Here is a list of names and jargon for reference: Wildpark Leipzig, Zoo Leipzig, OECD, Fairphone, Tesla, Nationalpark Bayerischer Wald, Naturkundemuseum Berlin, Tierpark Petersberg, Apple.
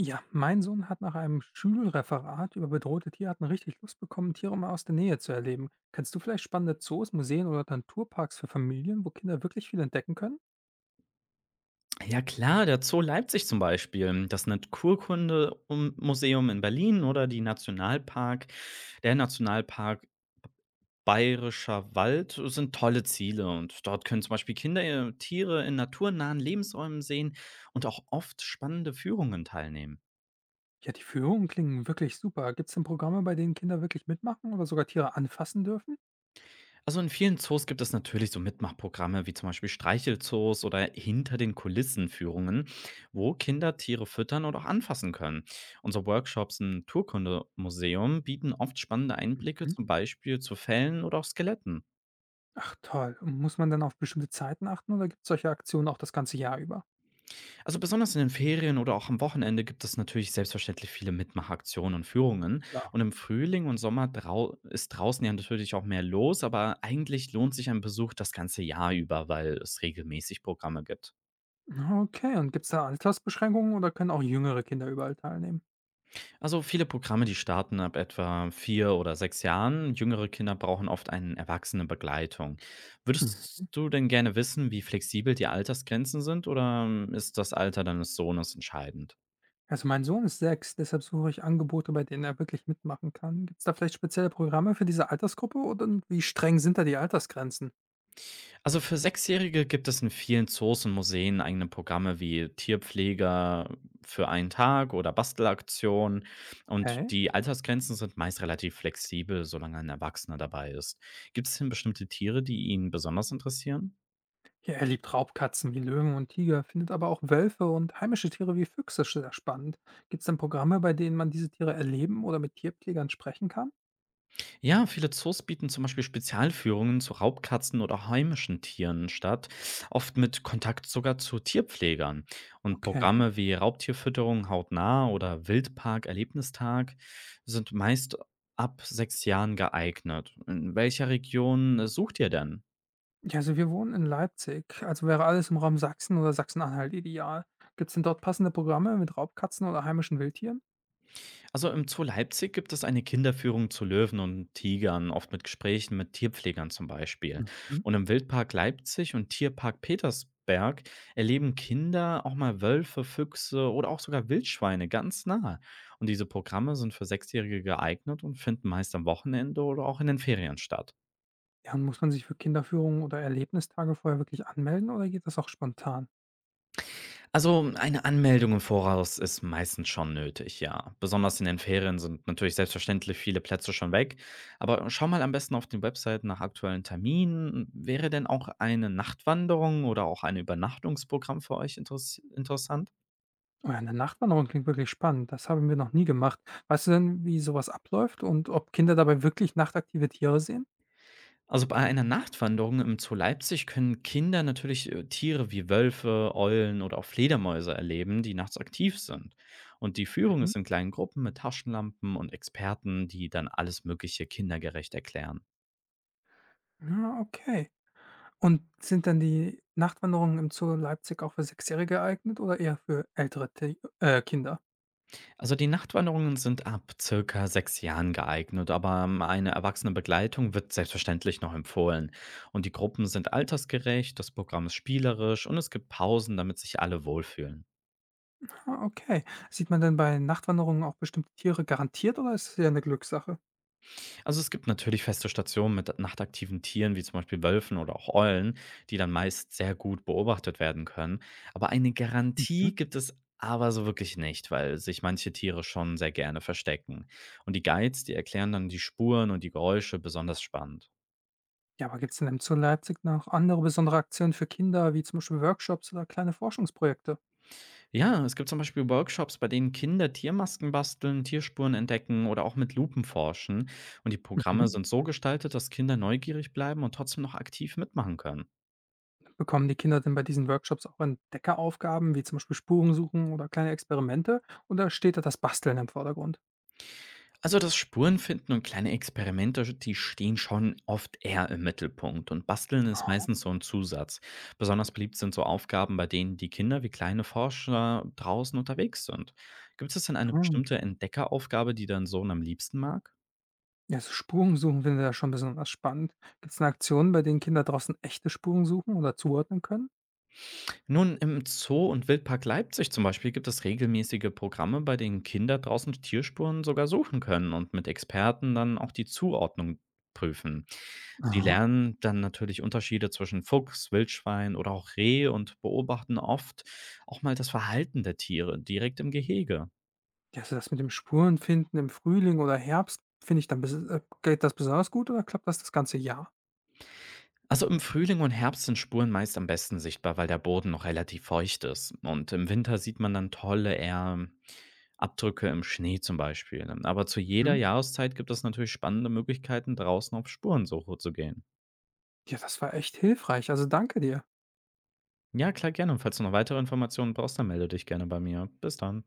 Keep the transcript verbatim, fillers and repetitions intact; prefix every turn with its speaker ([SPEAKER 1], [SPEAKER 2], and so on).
[SPEAKER 1] Ja, mein Sohn hat nach einem Schulreferat über bedrohte Tierarten richtig Lust bekommen, Tiere mal aus der Nähe zu erleben. Kennst du vielleicht spannende Zoos, Museen oder Naturparks für Familien, wo Kinder wirklich viel entdecken können?
[SPEAKER 2] Ja klar, der Zoo Leipzig zum Beispiel, das Naturkunde um Museum in Berlin oder die Nationalpark, der Nationalpark Bayerischer Wald sind tolle Ziele und dort können zum Beispiel Kinder ihre Tiere in naturnahen Lebensräumen sehen und auch oft spannende Führungen teilnehmen.
[SPEAKER 1] Ja, die Führungen klingen wirklich super. Gibt es denn Programme, bei denen Kinder wirklich mitmachen oder sogar Tiere anfassen dürfen?
[SPEAKER 2] Also in vielen Zoos gibt es natürlich so Mitmachprogramme wie zum Beispiel Streichelzoos oder hinter den Kulissen Führungen, wo Kinder Tiere füttern und auch anfassen können. Unsere Workshops im Naturkundemuseum bieten oft spannende Einblicke,
[SPEAKER 1] Mhm.
[SPEAKER 2] zum Beispiel zu Fellen oder auch Skeletten.
[SPEAKER 1] Ach toll. Und muss man dann auf bestimmte Zeiten achten oder gibt es solche Aktionen auch das ganze Jahr über?
[SPEAKER 2] Also besonders in den Ferien oder auch am Wochenende gibt es natürlich selbstverständlich viele Mitmachaktionen und Führungen.
[SPEAKER 1] Klar.
[SPEAKER 2] Und im Frühling und Sommer drau ist draußen ja natürlich auch mehr los, aber eigentlich lohnt sich ein Besuch das ganze Jahr über, weil es regelmäßig Programme gibt.
[SPEAKER 1] Okay, und gibt es da Altersbeschränkungen oder können auch jüngere Kinder überall teilnehmen?
[SPEAKER 2] Also viele Programme, die starten ab etwa vier oder sechs Jahren. Jüngere Kinder brauchen oft eine erwachsene Begleitung. Würdest du denn gerne wissen, wie flexibel die Altersgrenzen sind oder ähm, ist das Alter deines Sohnes entscheidend?
[SPEAKER 1] Also mein Sohn ist sechs, deshalb suche ich Angebote, bei denen er wirklich mitmachen kann. Gibt es da vielleicht spezielle Programme für diese Altersgruppe oder wie streng sind da die Altersgrenzen?
[SPEAKER 2] Also für Sechsjährige gibt es in vielen Zoos und Museen eigene Programme wie Tierpfleger für einen Tag oder Bastelaktionen und
[SPEAKER 1] Okay.
[SPEAKER 2] die Altersgrenzen sind meist relativ flexibel, solange ein Erwachsener dabei ist. Gibt es denn bestimmte Tiere, die ihn besonders interessieren?
[SPEAKER 1] Ja, er liebt Raubkatzen wie Löwen und Tiger, findet aber auch Wölfe und heimische Tiere wie Füchse sehr spannend. Gibt es denn Programme, bei denen man diese Tiere erleben oder mit Tierpflegern sprechen kann?
[SPEAKER 2] Ja, viele Zoos bieten zum Beispiel Spezialführungen zu Raubkatzen oder heimischen Tieren statt, oft mit Kontakt sogar zu Tierpflegern. Und
[SPEAKER 1] Okay.
[SPEAKER 2] Programme wie Raubtierfütterung hautnah oder Wildpark Erlebnistag sind meist ab sechs Jahren geeignet. In welcher Region äh, sucht ihr denn?
[SPEAKER 1] Ja, also wir wohnen in Leipzig, also wäre alles im Raum Sachsen oder Sachsen-Anhalt ideal. Gibt es denn dort passende Programme mit Raubkatzen oder heimischen Wildtieren?
[SPEAKER 2] Also im Zoo Leipzig gibt es eine Kinderführung zu Löwen und Tigern, oft mit Gesprächen mit Tierpflegern zum Beispiel.
[SPEAKER 1] Mhm.
[SPEAKER 2] Und im Wildpark Leipzig und Tierpark Petersberg erleben Kinder auch mal Wölfe, Füchse oder auch sogar Wildschweine ganz nah. Und diese Programme sind für Sechsjährige geeignet und finden meist am Wochenende oder auch in den Ferien statt.
[SPEAKER 1] Ja, und muss man sich für Kinderführungen oder Erlebnistage vorher wirklich anmelden oder geht das auch spontan?
[SPEAKER 2] Also, eine Anmeldung im Voraus ist meistens schon nötig, ja. Besonders in den Ferien sind natürlich selbstverständlich viele Plätze schon weg. Aber schau mal am besten auf den Webseiten nach aktuellen Terminen. Wäre denn auch eine Nachtwanderung oder auch ein Übernachtungsprogramm für euch interess interessant?
[SPEAKER 1] Oh ja, eine Nachtwanderung klingt wirklich spannend. Das haben wir noch nie gemacht. Weißt du denn, wie sowas abläuft und ob Kinder dabei wirklich nachtaktive Tiere sehen?
[SPEAKER 2] Also bei einer Nachtwanderung im Zoo Leipzig können Kinder natürlich äh, Tiere wie Wölfe, Eulen oder auch Fledermäuse erleben, die nachts aktiv sind. Und die Führung
[SPEAKER 1] Mhm.
[SPEAKER 2] ist in kleinen Gruppen mit Taschenlampen und Experten, die dann alles Mögliche kindergerecht erklären.
[SPEAKER 1] Ja, okay. Und sind denn die Nachtwanderungen im Zoo Leipzig auch für Sechsjährige geeignet oder eher für ältere Ti äh, Kinder?
[SPEAKER 2] Also die Nachtwanderungen sind ab circa sechs Jahren geeignet, aber ähm, eine erwachsene Begleitung wird selbstverständlich noch empfohlen. Und die Gruppen sind altersgerecht, das Programm ist spielerisch und es gibt Pausen, damit sich alle wohlfühlen.
[SPEAKER 1] Ah, okay. Sieht man denn bei Nachtwanderungen auch bestimmte Tiere garantiert oder ist es eher eine Glückssache?
[SPEAKER 2] Also es gibt natürlich feste Stationen mit nachtaktiven Tieren, wie zum Beispiel Wölfen oder auch Eulen, die dann meist sehr gut beobachtet werden können. Aber eine
[SPEAKER 1] Mhm.
[SPEAKER 2] Garantie gibt es aber so wirklich nicht, weil sich manche Tiere schon sehr gerne verstecken. Und die Guides, die erklären dann die Spuren und die Geräusche besonders spannend.
[SPEAKER 1] Ja, aber gibt's denn im Zoo Leipzig noch andere besondere Aktionen für Kinder, wie zum Beispiel Workshops oder kleine Forschungsprojekte?
[SPEAKER 2] Ja, es gibt zum Beispiel Workshops, bei denen Kinder Tiermasken basteln, Tierspuren entdecken oder auch mit Lupen forschen. Und die Programme
[SPEAKER 1] Mhm.
[SPEAKER 2] sind so gestaltet, dass Kinder neugierig bleiben und trotzdem noch aktiv mitmachen können.
[SPEAKER 1] Bekommen die Kinder denn bei diesen Workshops auch Entdeckeraufgaben, wie zum Beispiel Spuren suchen oder kleine Experimente? Oder steht da das Basteln im Vordergrund?
[SPEAKER 2] Also das Spurenfinden und kleine Experimente, die stehen schon oft eher im Mittelpunkt und Basteln ist meistens so ein Zusatz. Besonders beliebt sind so Aufgaben, bei denen die Kinder wie kleine Forscher draußen unterwegs sind. Gibt es denn eine
[SPEAKER 1] Ah.
[SPEAKER 2] bestimmte Entdeckeraufgabe, die dein Sohn am liebsten mag?
[SPEAKER 1] Ja, also Spuren suchen finde ich ja schon besonders spannend. Gibt es denn Aktionen, bei denen Kinder draußen echte Spuren suchen oder zuordnen können?
[SPEAKER 2] Nun, im Zoo und Wildpark Leipzig zum Beispiel gibt es regelmäßige Programme, bei denen Kinder draußen Tierspuren sogar suchen können und mit Experten dann auch die Zuordnung prüfen. Sie
[SPEAKER 1] Aha.
[SPEAKER 2] lernen dann natürlich Unterschiede zwischen Fuchs, Wildschwein oder auch Reh und beobachten oft auch mal das Verhalten der Tiere direkt im Gehege.
[SPEAKER 1] Ja, also das mit dem Spurenfinden im Frühling oder Herbst, finde ich dann, bes- äh, geht das besonders gut oder klappt das das ganze Jahr?
[SPEAKER 2] Also im Frühling und Herbst sind Spuren meist am besten sichtbar, weil der Boden noch relativ feucht ist. Und im Winter sieht man dann tolle eher Abdrücke im Schnee zum Beispiel. Aber zu jeder
[SPEAKER 1] Mhm.
[SPEAKER 2] Jahreszeit gibt es natürlich spannende Möglichkeiten, draußen auf Spurensuche zu gehen.
[SPEAKER 1] Ja, das war echt hilfreich. Also danke dir.
[SPEAKER 2] Ja, klar, gerne. Und falls du noch weitere Informationen brauchst, dann melde dich gerne bei mir. Bis dann.